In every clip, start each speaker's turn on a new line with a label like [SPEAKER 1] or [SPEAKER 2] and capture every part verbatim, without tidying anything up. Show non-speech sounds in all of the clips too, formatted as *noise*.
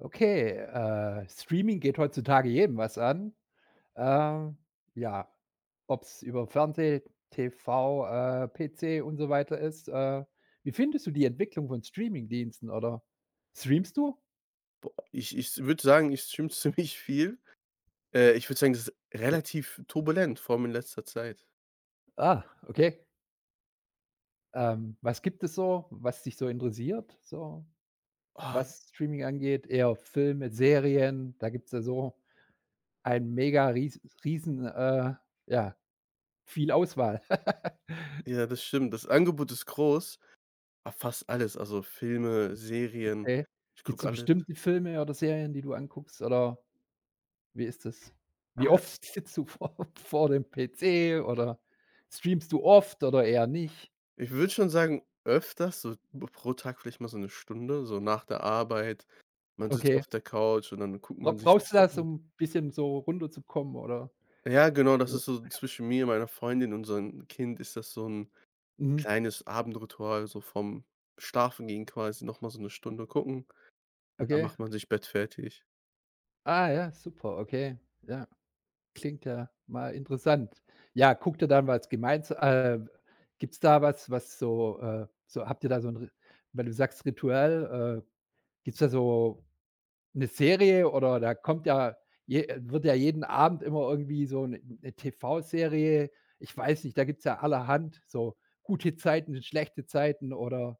[SPEAKER 1] Okay, äh, Streaming geht heutzutage jedem was an. Ähm, ja, ob es über Fernseh, T V, äh, P C und so weiter ist. Äh, wie findest du die Entwicklung von Streamingdiensten oder streamst du?
[SPEAKER 2] Boah, ich ich würde sagen, ich streame *laughs* ziemlich viel. Äh, ich würde sagen, das ist
[SPEAKER 1] Okay.
[SPEAKER 2] relativ turbulent, vor allem in letzter Zeit.
[SPEAKER 1] Ah, okay. Ähm, was gibt es so, was dich so interessiert, so
[SPEAKER 2] Ah,
[SPEAKER 1] was Streaming angeht? Eher Filme, Serien, da gibt's ja so ein mega ries riesen, äh, ja, viel Auswahl. *laughs*
[SPEAKER 2] ja, das stimmt. Das Angebot ist groß, aber fast alles, also Filme, Serien,
[SPEAKER 1] Okay.
[SPEAKER 2] ich
[SPEAKER 1] Gibt's
[SPEAKER 2] gucke
[SPEAKER 1] so
[SPEAKER 2] alles.
[SPEAKER 1] bestimmte Filme oder Serien, die du anguckst oder wie ist das? Wie
[SPEAKER 2] Ah,
[SPEAKER 1] oft *laughs* sitzt du vor vor dem P C oder streamst du oft oder eher nicht?
[SPEAKER 2] ich würde schon sagen, öfters, so pro Tag vielleicht mal so 'ne Stunde, so nach der Arbeit. Man sitzt
[SPEAKER 1] Okay.
[SPEAKER 2] auf der Couch und dann guckt
[SPEAKER 1] Bra
[SPEAKER 2] man sich
[SPEAKER 1] brauchst
[SPEAKER 2] das
[SPEAKER 1] du
[SPEAKER 2] so
[SPEAKER 1] das,
[SPEAKER 2] an.
[SPEAKER 1] um bisschen so runterzukommen oder
[SPEAKER 2] Ja, genau, das
[SPEAKER 1] so?
[SPEAKER 2] ist so zwischen mir, meiner Freundin und unserem Kind ist das so 'n
[SPEAKER 1] Mhm.
[SPEAKER 2] kleines Abendritual, so vorm Schlafengehen quasi noch mal so 'ne Stunde gucken und dann
[SPEAKER 1] Okay.
[SPEAKER 2] macht man sich bettfertig.
[SPEAKER 1] Ah ja, super, okay. Ja, klingt ja mal interessant. Ja, guckt ihr dann was gemeinsa äh, gibt's da was, was so, äh so habt ihr da so 'n Ri weil du sagst, Ritual, äh, gibt's da so 'ne Serie? Oder da kommt ja je wird ja jeden Abend immer irgendwie so 'ne 'ne T V-Serie. Ich weiß nicht, da gibt's ja allerhand so gute Zeiten, schlechte Zeiten oder,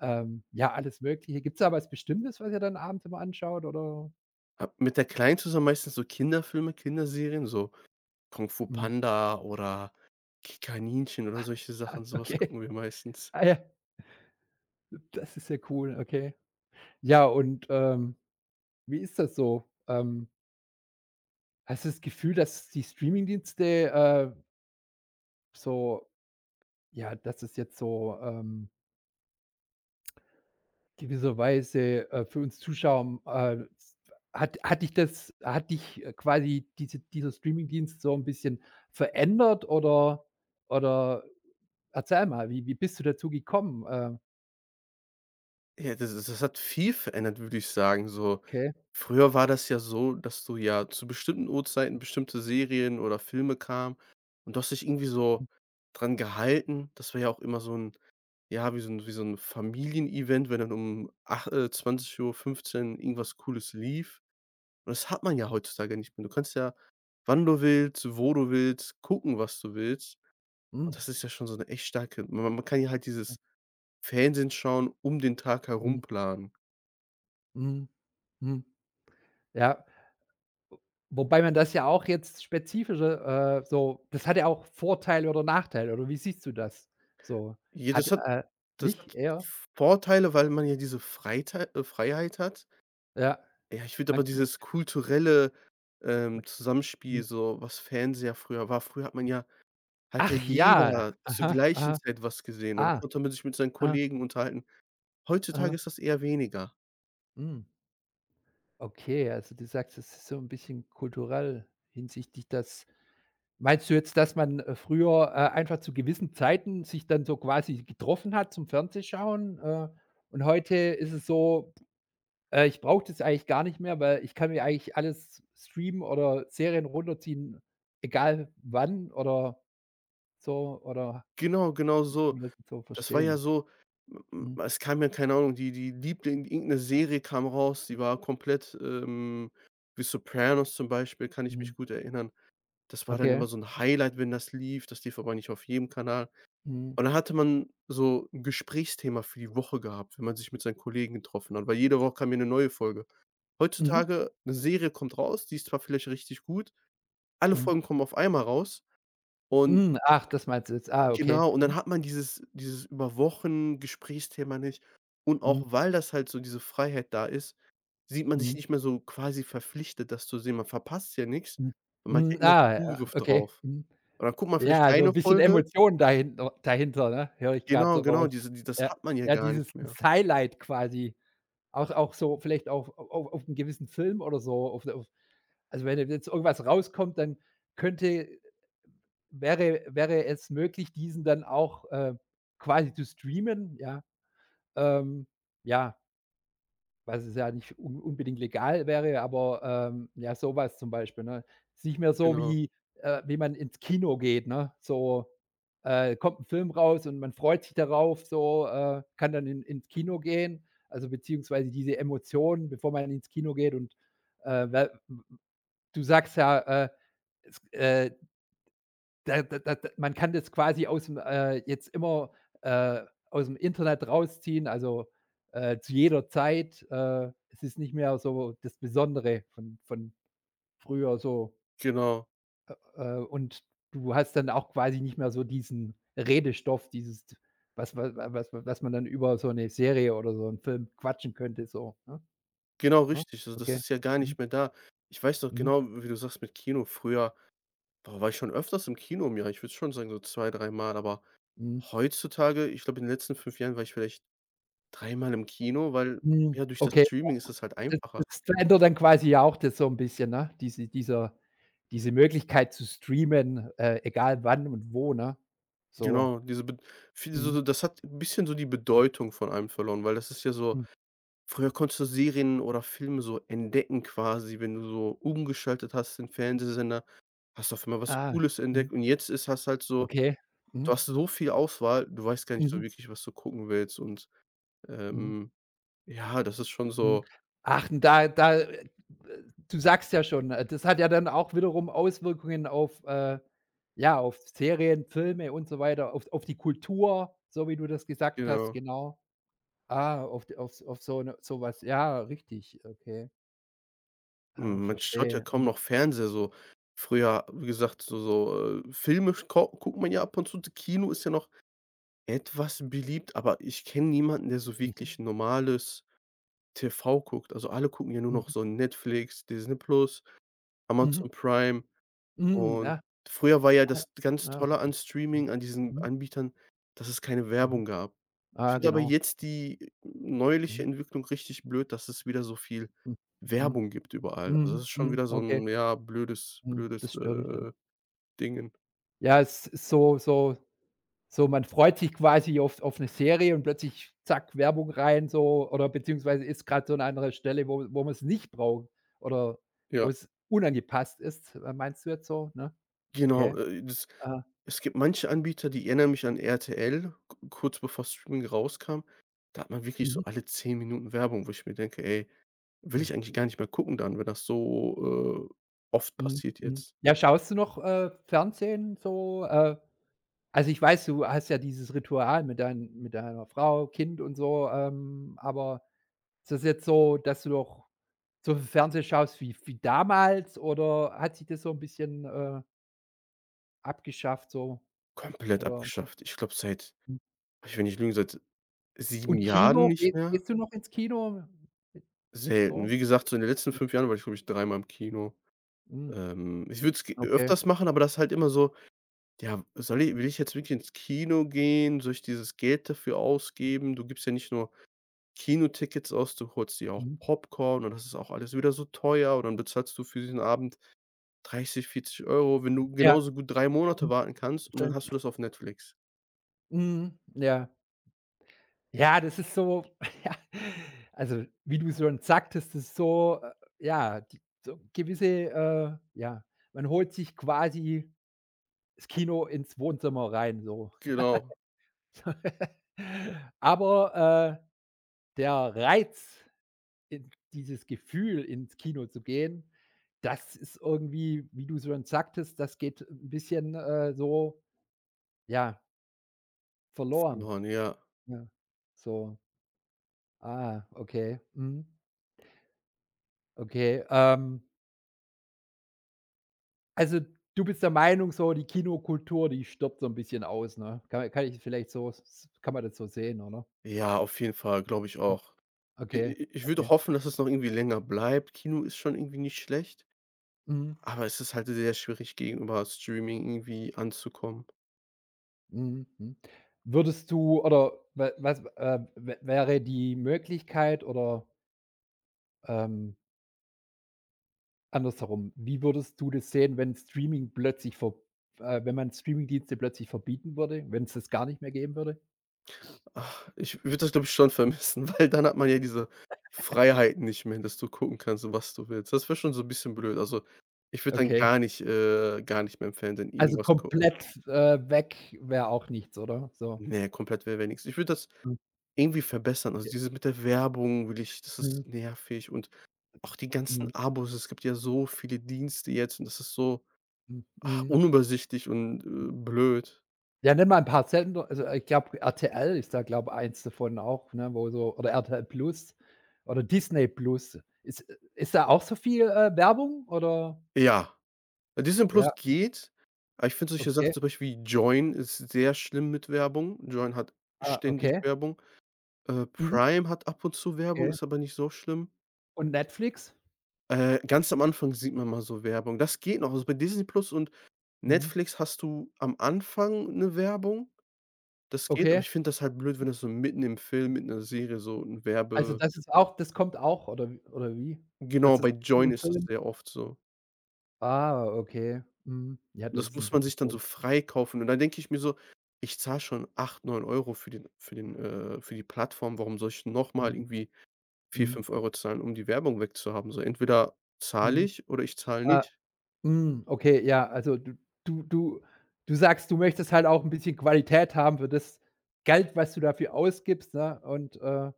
[SPEAKER 1] ähm, ja, alles Mögliche. Gibt's da was Bestimmtes, was ihr dann abends immer anschaut oder?
[SPEAKER 2] Habe mit der Kleinen zusammen meistens so Kinderfilme, Kinderserien, so Kung Fu
[SPEAKER 1] Mhm,
[SPEAKER 2] Panda oder Ki Kaninchen oder solche Sachen, so was
[SPEAKER 1] okay.
[SPEAKER 2] gucken wir meistens.
[SPEAKER 1] Ah ja, das ist ja cool, okay. Ja, und, ähm, wie ist das so? Ähm, hast du das Gefühl, dass die Streamingdienste, äh, so ja, dass es jetzt so, ähm gewisserweise, äh, für uns Zuschauer, ähm, äh, hat hat dich das, hat dich, äh, quasi diese dieser Streamingdienst so ein bisschen verändert? oder oder erzähl mal, wie wie bist du dazu gekommen? Äh,
[SPEAKER 2] Ja, das ist das hat viel verändert, würde ich sagen, so.
[SPEAKER 1] okay.
[SPEAKER 2] Früher war das ja so, dass du ja zu bestimmten Uhrzeiten bestimmte Serien oder Filme kamen und du hast dich irgendwie so dran gehalten. Das war ja auch immer so 'n. Ja, wie so ein wie so ein Familienevent, wenn dann um ach äh, zwanzig Uhr fünfzehn irgendwas Cooles lief. Und das hat man ja heutzutage nicht mehr. Du kannst ja, wann du willst, wo du willst, gucken, was du willst. Und
[SPEAKER 1] Mhm.
[SPEAKER 2] das ist ja schon so eine echt starke ma man kann ja halt dieses Fernsehen schauen, um den Tag
[SPEAKER 1] Mhm.
[SPEAKER 2] herum planen.
[SPEAKER 1] Mhm. Mhm. Ja, wobei man das ja auch jetzt spezifischer, äh, so das hat ja auch Vorteile oder Nachteile oder wie siehst du das? So
[SPEAKER 2] Ja,
[SPEAKER 1] hat
[SPEAKER 2] das hat
[SPEAKER 1] äh,
[SPEAKER 2] das
[SPEAKER 1] nicht
[SPEAKER 2] hat
[SPEAKER 1] eher?
[SPEAKER 2] Vorteile, weil man ja diese Freitei äh, Freiheit hat.
[SPEAKER 1] Ja.
[SPEAKER 2] Ja, ich finde
[SPEAKER 1] Man
[SPEAKER 2] aber dieses kulturelle, ähm,
[SPEAKER 1] man
[SPEAKER 2] Zusammenspiel
[SPEAKER 1] mhm.
[SPEAKER 2] so, was Fernseher früher war. Früher hat man ja Hat ja
[SPEAKER 1] Ach ja.
[SPEAKER 2] jeder zur
[SPEAKER 1] Aha,
[SPEAKER 2] gleichen
[SPEAKER 1] aha.
[SPEAKER 2] Zeit was gesehen und
[SPEAKER 1] Ah.
[SPEAKER 2] konnte man sich mit seinen
[SPEAKER 1] Ah,
[SPEAKER 2] Kollegen unterhalten.
[SPEAKER 1] ah,
[SPEAKER 2] Heutzutage ist das eher weniger.
[SPEAKER 1] mhm. Okay, also du sagst, es ist so ein bisschen kulturell hinsichtlich das meinst du jetzt, dass man, äh, früher, äh, einfach zu gewissen Zeiten sich dann so quasi getroffen hat zum Fernsehschauen, äh, und heute ist es so: „Äh, ich brauche das eigentlich gar nicht mehr, weil ich kann mir eigentlich alles streamen oder Serien runterziehen, egal wann“ oder so. Oder
[SPEAKER 2] Genau, genau
[SPEAKER 1] wie kann
[SPEAKER 2] so.
[SPEAKER 1] man das jetzt so
[SPEAKER 2] Das war ja
[SPEAKER 1] verstehen?
[SPEAKER 2] so m m
[SPEAKER 1] Mhm,
[SPEAKER 2] es kam ja, keine Ahnung, die die Liebling irgendeine Serie kam raus, die war komplett, ähm wie „Sopranos" zum Beispiel, kann ich mich
[SPEAKER 1] mhm.
[SPEAKER 2] gut erinnern. Das war dann
[SPEAKER 1] Okay.
[SPEAKER 2] immer so ein Highlight, wenn das lief. Das lief aber nicht auf jedem Kanal.
[SPEAKER 1] Mhm.
[SPEAKER 2] Und dann hatte man so 'n Gesprächsthema für die Woche gehabt, wenn man sich mit seinen Kollegen getroffen hat, weil jede Woche kam ja eine neue Folge.
[SPEAKER 1] Mhm.
[SPEAKER 2] Heutzutage 'ne Serie kommt raus, die ist zwar vielleicht richtig gut, alle
[SPEAKER 1] Mhm.
[SPEAKER 2] Folgen kommen auf einmal raus und
[SPEAKER 1] Mhm. Ach, das meinst du jetzt. Ah, okay.
[SPEAKER 2] genau, und dann hat man dieses dieses über Wochen Gesprächsthema nicht. Und auch
[SPEAKER 1] Mhm.
[SPEAKER 2] weil das halt so diese Freiheit da ist, sieht man sich
[SPEAKER 1] Mhm,
[SPEAKER 2] nicht mehr so quasi verpflichtet, das zu sehen. Man verpasst ja nix,
[SPEAKER 1] mhm,
[SPEAKER 2] weil man hat
[SPEAKER 1] mhm,
[SPEAKER 2] ja immer
[SPEAKER 1] ah, ja,
[SPEAKER 2] Zugriff
[SPEAKER 1] okay.
[SPEAKER 2] drauf.
[SPEAKER 1] Mhm.
[SPEAKER 2] Und dann guckt man vielleicht
[SPEAKER 1] Ja, so 'n
[SPEAKER 2] eine
[SPEAKER 1] bisschen
[SPEAKER 2] Folge
[SPEAKER 1] Emotionen dahinter dahinter, ne? Höre ich grad so
[SPEAKER 2] genau, genau,
[SPEAKER 1] raus.
[SPEAKER 2] diese die das
[SPEAKER 1] Ja,
[SPEAKER 2] hat man ja
[SPEAKER 1] ja,
[SPEAKER 2] gar
[SPEAKER 1] dieses
[SPEAKER 2] nicht
[SPEAKER 1] das
[SPEAKER 2] mehr.
[SPEAKER 1] Highlight quasi. Auch auch so vielleicht auf au au auf 'n gewissen Film oder so, auf auf also, wenn jetzt irgendwas rauskommt, dann könnte wäre wäre es möglich, diesen dann auch, äh, quasi zu streamen, ja? Ähm, ja. Was es ja nicht un unbedingt legal wäre, aber, ähm, ja, so was zum Beispiel, ne? Ist nicht mehr so
[SPEAKER 2] Genau,
[SPEAKER 1] wie äh, wie man ins Kino geht, ne? So, äh, kommt 'n Film raus und man freut sich darauf, so, äh, kann dann in ins Kino gehen, also, beziehungsweise diese Emotionen, bevor man ins Kino geht und, äh, we du sagst ja, äh, es äh, da da da man kann das quasi aus'm, äh jetzt immer, äh, aus dem Internet rausziehen, also, äh, zu jeder Zeit. Äh, es ist nicht mehr so das Besondere von von früher so,
[SPEAKER 2] genau,
[SPEAKER 1] äh, und du hast dann auch quasi nicht mehr so diesen Redestoff, dieses was was wa was was man dann über so eine Serie oder so einen Film quatschen könnte so, ne?
[SPEAKER 2] genau
[SPEAKER 1] Ne?
[SPEAKER 2] richtig. Also, das
[SPEAKER 1] Okay.
[SPEAKER 2] ist ja gar
[SPEAKER 1] Mhm.
[SPEAKER 2] nicht mehr da. Ich weiß noch
[SPEAKER 1] Mhm.
[SPEAKER 2] genau, wie du sagst mit Kino früher. Boah, war ich schon öfters im Kino im Jahr. Ich würde schon sagen, so zwei, dreimal, aber
[SPEAKER 1] Mhm.
[SPEAKER 2] heutzutage ich glaube, in den letzten fünf Jahren war ich vielleicht dreimal im Kino, weil,
[SPEAKER 1] Mhm.
[SPEAKER 2] ja, durch das
[SPEAKER 1] Okay.
[SPEAKER 2] Streaming ist es halt
[SPEAKER 1] Das
[SPEAKER 2] einfacher.
[SPEAKER 1] das verändert dann quasi ja auch das so ein bisschen, ne? Diese dieser diese Möglichkeit zu streamen, äh, egal wann und wo, ne? So.
[SPEAKER 2] Genau, diese Bed viel so
[SPEAKER 1] Mhm,
[SPEAKER 2] so das hat ein bisschen so die Bedeutung von allem verloren, weil das ist ja so
[SPEAKER 1] mhm.
[SPEAKER 2] früher konntest du Serien oder Filme so entdecken quasi, wenn du so umgeschaltet hast, den Fernsehsender, hast du auf einmal was
[SPEAKER 1] Ah,
[SPEAKER 2] Cooles
[SPEAKER 1] mhm.
[SPEAKER 2] entdeckt und jetzt ist hast halt so
[SPEAKER 1] Okay. Mhm,
[SPEAKER 2] du hast so viel Auswahl, du weißt gar nicht so
[SPEAKER 1] mhm,
[SPEAKER 2] wirklich, was du gucken willst und,
[SPEAKER 1] mhm,
[SPEAKER 2] ähm, ja, das ist schon
[SPEAKER 1] mhm.
[SPEAKER 2] so.
[SPEAKER 1] Ach, und da da äh, du sagst ja schon, äh, das hat ja dann auch wiederum Auswirkungen auf, äh ja, auf Serien, Filme und so weiter, auf auf die Kultur, so wie du das gesagt hast,
[SPEAKER 2] Genau.
[SPEAKER 1] genau. Ah, auf auf auf so 'ne so was. Ja, richtig, okay. Ah,
[SPEAKER 2] Mhm, man schaut ja
[SPEAKER 1] verstehe.
[SPEAKER 2] kaum
[SPEAKER 1] Mhm.
[SPEAKER 2] noch Fernseher so. Früher, wie gesagt, so so, äh, Filme ko guckt man ja ab und zu. Kino ist ja noch etwas beliebt, aber ich kenne niemanden, der so
[SPEAKER 1] Mhm.
[SPEAKER 2] wirklich normales T V guckt. Also, alle gucken ja
[SPEAKER 1] *laughs*
[SPEAKER 2] nur
[SPEAKER 1] Mhm.
[SPEAKER 2] noch so Netflix, Disney Plus,
[SPEAKER 1] Mhm.
[SPEAKER 2] Amazon Prime.
[SPEAKER 1] Mhm.
[SPEAKER 2] Und
[SPEAKER 1] Ja,
[SPEAKER 2] früher war ja
[SPEAKER 1] aber
[SPEAKER 2] das ganz
[SPEAKER 1] ja,
[SPEAKER 2] Tolle an
[SPEAKER 1] richtig. Mhm.
[SPEAKER 2] Streaming, an diesen
[SPEAKER 1] Mhm.
[SPEAKER 2] Anbietern, dass es keine
[SPEAKER 1] Mhm.
[SPEAKER 2] Werbung gab. Ich
[SPEAKER 1] Ah,
[SPEAKER 2] finde aber
[SPEAKER 1] genau.
[SPEAKER 2] jetzt die neuliche
[SPEAKER 1] Mhm.
[SPEAKER 2] Entwicklung richtig blöd, dass es wieder so viel
[SPEAKER 1] Mhm. Mhm.
[SPEAKER 2] Werbung gibt überall. Also, das
[SPEAKER 1] Mhm.
[SPEAKER 2] ist schon
[SPEAKER 1] Mhm.
[SPEAKER 2] wieder so
[SPEAKER 1] Okay.
[SPEAKER 2] 'n, ja, blödes
[SPEAKER 1] Mhm. Das
[SPEAKER 2] blödes,
[SPEAKER 1] stört dich dann.
[SPEAKER 2] äh, Dingen.
[SPEAKER 1] Ja, es ist so so so man freut sich quasi auf auf 'ne Serie und plötzlich zack, Werbung rein so oder beziehungsweise ist grad so 'ne andere Stelle, wo wo man's nicht braucht oder wo
[SPEAKER 2] Ja,
[SPEAKER 1] es unangepasst ist, äh, meinst du jetzt so, ne?
[SPEAKER 2] genau,
[SPEAKER 1] Okay.
[SPEAKER 2] äh, das
[SPEAKER 1] Ah.
[SPEAKER 2] es gibt manche Anbieter, die erinnern mich an R T L, k kurz bevor Streaming rauskam. Da hat man wirklich so
[SPEAKER 1] Mhm.
[SPEAKER 2] alle zehn Minuten Werbung, wo ich mir denke: „Ey, will
[SPEAKER 1] Mhm.
[SPEAKER 2] ich eigentlich gar nicht mehr gucken dann, wenn das so, äh, oft
[SPEAKER 1] Mhm,
[SPEAKER 2] passiert
[SPEAKER 1] mhm.
[SPEAKER 2] jetzt."
[SPEAKER 1] Ja, schaust du noch, äh, Fernsehen so? Äh, also ich weiß, du hast ja dieses Ritual mit dein mit deiner Frau, Kind und so, ähm, aber ist das jetzt so, dass du noch so viel Fernsehen schaust wie wie damals? Oder hat sich das so ein bisschen, äh, abgeschafft so?
[SPEAKER 2] Komplett
[SPEAKER 1] Oder
[SPEAKER 2] abgeschafft. Ich glaube, seit
[SPEAKER 1] mhm.
[SPEAKER 2] ich will nicht lügen, seit sieben
[SPEAKER 1] Und
[SPEAKER 2] Jahren
[SPEAKER 1] Kino,
[SPEAKER 2] nicht
[SPEAKER 1] geh
[SPEAKER 2] mehr.
[SPEAKER 1] gehst du noch ins Kino?
[SPEAKER 2] Selten.
[SPEAKER 1] So?
[SPEAKER 2] Wie gesagt, so in den letzten fünf Jahren war ich, glaube ich, dreimal im Kino.
[SPEAKER 1] Mhm,
[SPEAKER 2] Ähm, ich würde es
[SPEAKER 1] okay.
[SPEAKER 2] öfters machen, aber das ist halt immer so: „Ja, soll ich? Will ich jetzt wirklich ins Kino gehen? Soll ich dieses Geld dafür ausgeben?" Du gibst ja nicht nur Kinotickets aus, du holst dir auch
[SPEAKER 1] Mhm.
[SPEAKER 2] Popcorn und das ist auch alles wieder so teuer und dann bezahlst du für diesen Abend dreißig, vierzig Euro, wenn du
[SPEAKER 1] Ja,
[SPEAKER 2] genauso gut drei Monate
[SPEAKER 1] mhm,
[SPEAKER 2] warten kannst und dann hast
[SPEAKER 1] verständlich.
[SPEAKER 2] du das auf Netflix.
[SPEAKER 1] Mhm, ja. Ja, das ist so, *laughs* ja, also wie du schon sagtest, das ist so, äh, ja, die so gewisse, äh ja, man holt sich quasi das Kino ins Wohnzimmer rein so.
[SPEAKER 2] Genau,
[SPEAKER 1] *laughs* Aber, äh, der Reiz, in dieses Gefühl, ins Kino zu gehen, das ist irgendwie, wie du schon sagtest, das geht ein bisschen, äh, so, ja, verloren,
[SPEAKER 2] verloren, ja.
[SPEAKER 1] ja. So, ah, okay, mhm, okay, ähm also, du bist der Meinung so, die Kinokultur, die stirbt so 'n bisschen aus, ne? Kann kann ich vielleicht so s kann man das so sehen, oder?
[SPEAKER 2] Ja, auf jeden Fall, glaube ich auch. I
[SPEAKER 1] Okay,
[SPEAKER 2] i ich würde
[SPEAKER 1] okay.
[SPEAKER 2] hoffen, dass es noch irgendwie länger bleibt. Kino ist schon irgendwie nicht schlecht,
[SPEAKER 1] Mhm,
[SPEAKER 2] aber es ist halt sehr schwierig, gegenüber Streaming irgendwie anzukommen.
[SPEAKER 1] mhm, mhm. Würdest du oder wa was, äh, wä wäre die Möglichkeit? Oder, ähm, andersherum, wie würdest du das sehen, wenn Streaming plötzlich ver äh, wenn man Streamingdienste plötzlich verbieten würde, wenn's das gar nicht mehr geben würde?
[SPEAKER 2] Ach, ich würde das, glaube ich, schon vermissen, *laughs* weil dann hat man ja diese Freiheiten nicht mehr, dass du gucken kannst, was du willst. Das wäre schon so ein bisschen blöd. Also, ich würde dann
[SPEAKER 1] Okay.
[SPEAKER 2] gar nicht äh, gar nicht mehr im Fernsehen
[SPEAKER 1] Also,
[SPEAKER 2] irgendwas gucken.
[SPEAKER 1] komplett, äh, weg wäre auch nichts, oder? So.
[SPEAKER 2] Ne, komplett wäre wär wär nix. Ich würde das
[SPEAKER 1] Mhm,
[SPEAKER 2] irgendwie verbessern. Also,
[SPEAKER 1] ja.
[SPEAKER 2] dieses mit der Werbung will ich das ist
[SPEAKER 1] Mhm,
[SPEAKER 2] nervig und auch die
[SPEAKER 1] mhm,
[SPEAKER 2] ganzen Abos, es gibt ja so viele Dienste jetzt und das ist so,
[SPEAKER 1] mhm,
[SPEAKER 2] ach,
[SPEAKER 1] mhm.
[SPEAKER 2] unübersichtlich und, äh, blöd.
[SPEAKER 1] Ja, nenn mal ein paar Sender. Also, ich glaube, R T L ist da, glaube eins davon auch, ne, wo so oder R T L Plus oder Disney Plus. Ist Ist da auch so viel, äh, Werbung oder?
[SPEAKER 2] Ja, Disney+
[SPEAKER 1] Ja,
[SPEAKER 2] Plus geht, aber ich finde solche Sachen
[SPEAKER 1] okay.
[SPEAKER 2] zum Beispiel wie Join ist sehr schlimm mit Werbung. Join hat
[SPEAKER 1] Ah,
[SPEAKER 2] ständig
[SPEAKER 1] okay.
[SPEAKER 2] Werbung. Äh,
[SPEAKER 1] Mhm,
[SPEAKER 2] Prime hat ab und zu Werbung,
[SPEAKER 1] okay.
[SPEAKER 2] ist aber nicht so schlimm.
[SPEAKER 1] Und Netflix?
[SPEAKER 2] Äh, ganz am Anfang sieht man mal so Werbung. Das geht noch. Also, bei Disney+ Plus und
[SPEAKER 1] Mhm,
[SPEAKER 2] Netflix hast du am Anfang eine Werbung, das geht, aber
[SPEAKER 1] okay.
[SPEAKER 2] ich finde das halt blöd, wenn das so mitten im Film, mitten in der Serie so ein
[SPEAKER 1] Also,
[SPEAKER 2] Werbe.
[SPEAKER 1] das ist auch das kommt auch oder w oder wie? Das
[SPEAKER 2] Genau,
[SPEAKER 1] ist
[SPEAKER 2] bei
[SPEAKER 1] mitten
[SPEAKER 2] Joyn
[SPEAKER 1] im
[SPEAKER 2] ist das
[SPEAKER 1] Film?
[SPEAKER 2] sehr oft so.
[SPEAKER 1] Ah, okay. Mhm. Ja,
[SPEAKER 2] Und
[SPEAKER 1] das
[SPEAKER 2] das
[SPEAKER 1] ist
[SPEAKER 2] muss man
[SPEAKER 1] natürlich
[SPEAKER 2] sich dann
[SPEAKER 1] doof.
[SPEAKER 2] so freikaufen. Und dann denke ich mir so: „Ich zahle schon acht, neun Euro für den für den äh, für die Plattform. Warum soll ich denn noch mal
[SPEAKER 1] Mhm,
[SPEAKER 2] irgendwie vier,
[SPEAKER 1] mhm,
[SPEAKER 2] fünf Euro zahlen, um die Werbung wegzuhaben?" So, entweder zahle
[SPEAKER 1] mhm.
[SPEAKER 2] ich oder ich zahle
[SPEAKER 1] Ah.
[SPEAKER 2] nicht.
[SPEAKER 1] Hm, okay, ja, also du du du du sagst, du möchtest halt auch ein bisschen Qualität haben für das Geld, was du dafür ausgibst, ne? Und, äh,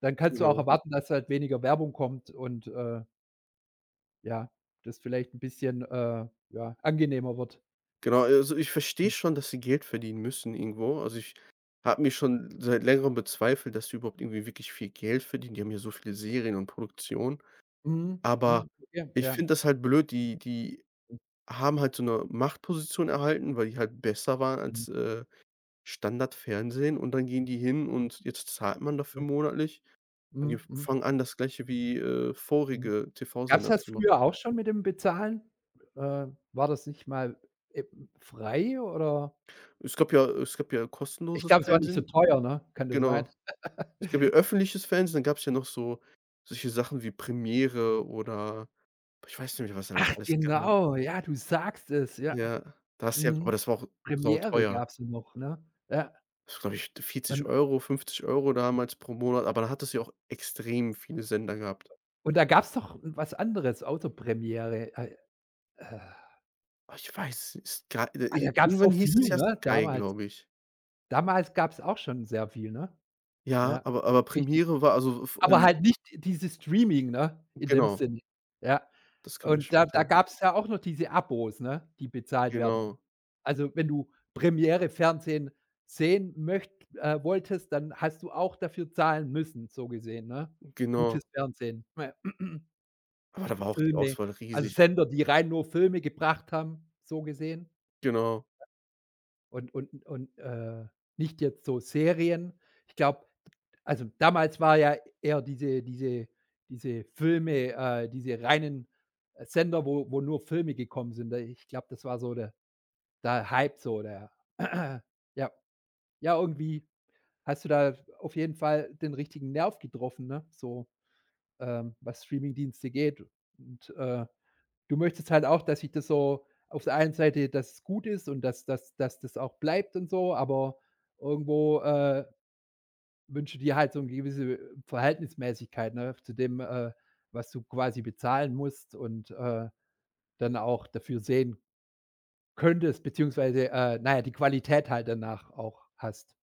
[SPEAKER 1] dann kannst du auch
[SPEAKER 2] Genau.
[SPEAKER 1] erwarten, dass halt weniger Werbung kommt und, äh, ja, das vielleicht ein bisschen, äh, ja, angenehmer wird.
[SPEAKER 2] Genau,
[SPEAKER 1] Das
[SPEAKER 2] also, ich verstehe schon, dass sie Geld verdienen müssen irgendwo. Also, ich habe mir schon seit Längerem bezweifelt, dass die überhaupt irgendwie wirklich viel Geld verdienen. Die haben ja so viele Serien und Produktionen.
[SPEAKER 1] mhm,
[SPEAKER 2] Aber
[SPEAKER 1] mhm, ja,
[SPEAKER 2] ich
[SPEAKER 1] ja.
[SPEAKER 2] finde das halt blöd, die die Haben halt so 'ne Machtposition erhalten, weil die halt besser waren
[SPEAKER 1] Mhm,
[SPEAKER 2] als, äh, Standardfernsehen und dann gehen die hin und jetzt zahlt man dafür
[SPEAKER 1] ja.
[SPEAKER 2] monatlich und die
[SPEAKER 1] Mhm, mhm,
[SPEAKER 2] fangen an, das Gleiche wie, äh,
[SPEAKER 1] mhm.
[SPEAKER 2] vorige
[SPEAKER 1] Gab's
[SPEAKER 2] T V-Sender
[SPEAKER 1] das
[SPEAKER 2] zu machen.
[SPEAKER 1] früher auch schon mit dem Bezahlen? Äh, War das nicht mal, äh, frei oder
[SPEAKER 2] Es gab ja es gab ja
[SPEAKER 1] ich
[SPEAKER 2] kostenloses
[SPEAKER 1] glaube, es war nicht so
[SPEAKER 2] Fernsehen.
[SPEAKER 1] teuer, ne? Kann das sein?
[SPEAKER 2] Genau. Es gab ja öffentliches Fernsehen, dann gab's ja noch so solche Sachen wie Premiere oder ich weiß nicht mehr, was da
[SPEAKER 1] Ach
[SPEAKER 2] alles gab.
[SPEAKER 1] genau, ja, du sagst es, ja.
[SPEAKER 2] Ja, das ja aber
[SPEAKER 1] Mhm.
[SPEAKER 2] das war auch
[SPEAKER 1] Premiere
[SPEAKER 2] sauteuer.
[SPEAKER 1] gab's ja noch, ne? Ja,
[SPEAKER 2] Das glaube ich 40
[SPEAKER 1] und
[SPEAKER 2] Euro fünfzig Euro damals pro Monat, aber da hattest du ja auch extrem viele Sender gehabt.
[SPEAKER 1] und da gab's doch was anderes außer Premiere. Ei äh,
[SPEAKER 2] Ah, ich weiß Sky äh,
[SPEAKER 1] ah, da
[SPEAKER 2] i
[SPEAKER 1] gab's so
[SPEAKER 2] irgendwann hieß es
[SPEAKER 1] viel,
[SPEAKER 2] ja
[SPEAKER 1] ne,
[SPEAKER 2] Sky,
[SPEAKER 1] damals.
[SPEAKER 2] glaube ich.
[SPEAKER 1] Damals gab's auch schon sehr viel, ne?
[SPEAKER 2] Ja,
[SPEAKER 1] Ja,
[SPEAKER 2] aber aber
[SPEAKER 1] richtig.
[SPEAKER 2] Premiere war also f
[SPEAKER 1] Aber
[SPEAKER 2] ähm,
[SPEAKER 1] halt nicht dieses Streaming, ne, in dem
[SPEAKER 2] genau,
[SPEAKER 1] Sinne. Ja.
[SPEAKER 2] das kam ja
[SPEAKER 1] Und da
[SPEAKER 2] später.
[SPEAKER 1] da gab es ja auch noch diese Abos, ne, die bezahlt werden.
[SPEAKER 2] Genau,
[SPEAKER 1] Also, wenn du Premiere Fernsehen sehen möcht äh, wolltest, dann hast du auch dafür zahlen müssen, so gesehen, ne?
[SPEAKER 2] genau.
[SPEAKER 1] Gutes Fernsehen. Ja. *clears throat*
[SPEAKER 2] Aber da war auch die
[SPEAKER 1] Filme,
[SPEAKER 2] Auswahl
[SPEAKER 1] also
[SPEAKER 2] riesig.
[SPEAKER 1] Sender, die rein nur Filme gebracht haben, so gesehen.
[SPEAKER 2] Genau,
[SPEAKER 1] Und und und, äh, nicht jetzt so Serien. Ich glaube also, damals war ja eher diese diese diese Filme äh, diese reinen äh, Sender, wo wo nur Filme gekommen sind. Da ich glaube, das war so der der Hype so, der *clears throat* ja. Ja, irgendwie hast du da auf jeden Fall den richtigen Nerv getroffen, ne, so, ähm, was Streamingdienste geht und, äh. Du möchtest halt auch, dass sich das so auf der einen Seite, dass es gut ist und dass dass dass das auch bleibt und so, aber irgendwo, äh, wünschst dir halt so eine gewisse Verhältnismäßigkeit, ne, zu dem, äh, was du quasi bezahlen musst und, äh, dann auch dafür sehen könntest, beziehungsweise, äh, na ja, die Qualität halt danach auch hast.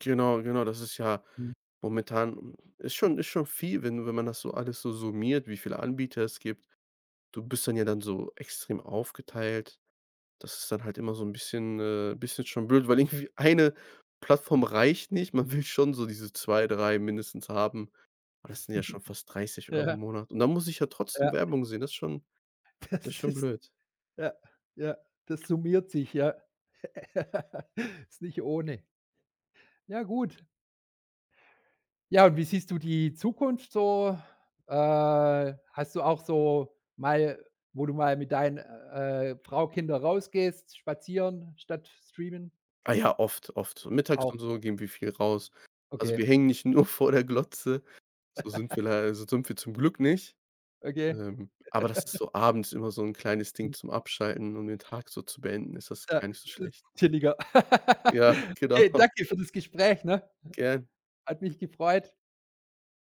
[SPEAKER 2] genau, genau. Das ist ja
[SPEAKER 1] Mhm.
[SPEAKER 2] momentan ist schon ist schon viel, wenn wenn man das so alles so summiert, wie viele Anbieter es gibt. Du bist dann ja dann so extrem aufgeteilt. Das ist dann halt immer so ein bisschen äh, bisschen schon blöd, weil irgendwie eine Plattform reicht nicht. Man will schon so diese zwei, drei mindestens haben, aber das sind ja schon fast dreißig Euro
[SPEAKER 1] Ja,
[SPEAKER 2] im Monat und dann muss ich ja
[SPEAKER 1] ja,
[SPEAKER 2] trotzdem Werbung sehen. Das ist schon
[SPEAKER 1] *laughs*
[SPEAKER 2] das ist
[SPEAKER 1] das
[SPEAKER 2] schon
[SPEAKER 1] ist
[SPEAKER 2] blöd.
[SPEAKER 1] ja, ja, das summiert sich, ja. *laughs* Ist nicht ohne. Ja, gut. Ja, und wie siehst du die Zukunft so? Äh, hast du auch so mal wo du mal mit deinen, äh, Frau, Kinder rausgehst, spazieren statt streamen?
[SPEAKER 2] Ah ja, oft, oft. So Mittags
[SPEAKER 1] Auch.
[SPEAKER 2] und so gehen wir viel raus. Also,
[SPEAKER 1] Okay,
[SPEAKER 2] wir hängen nicht *laughs* nur vor der Glotze, so sind wir lei so sind wir zum Glück nicht.
[SPEAKER 1] okay.
[SPEAKER 2] Ähm, aber das ist so abends immer so ein kleines
[SPEAKER 1] Hm,
[SPEAKER 2] Ding zum Abschalten, um den Tag so zu beenden, ist das
[SPEAKER 1] ja,
[SPEAKER 2] gar nicht so
[SPEAKER 1] ist
[SPEAKER 2] schlecht.
[SPEAKER 1] chilliger.
[SPEAKER 2] Ja,
[SPEAKER 1] *laughs*
[SPEAKER 2] *laughs* genau,
[SPEAKER 1] Okay, danke für das Gespräch, ne?
[SPEAKER 2] gern.
[SPEAKER 1] Hat mich gefreut.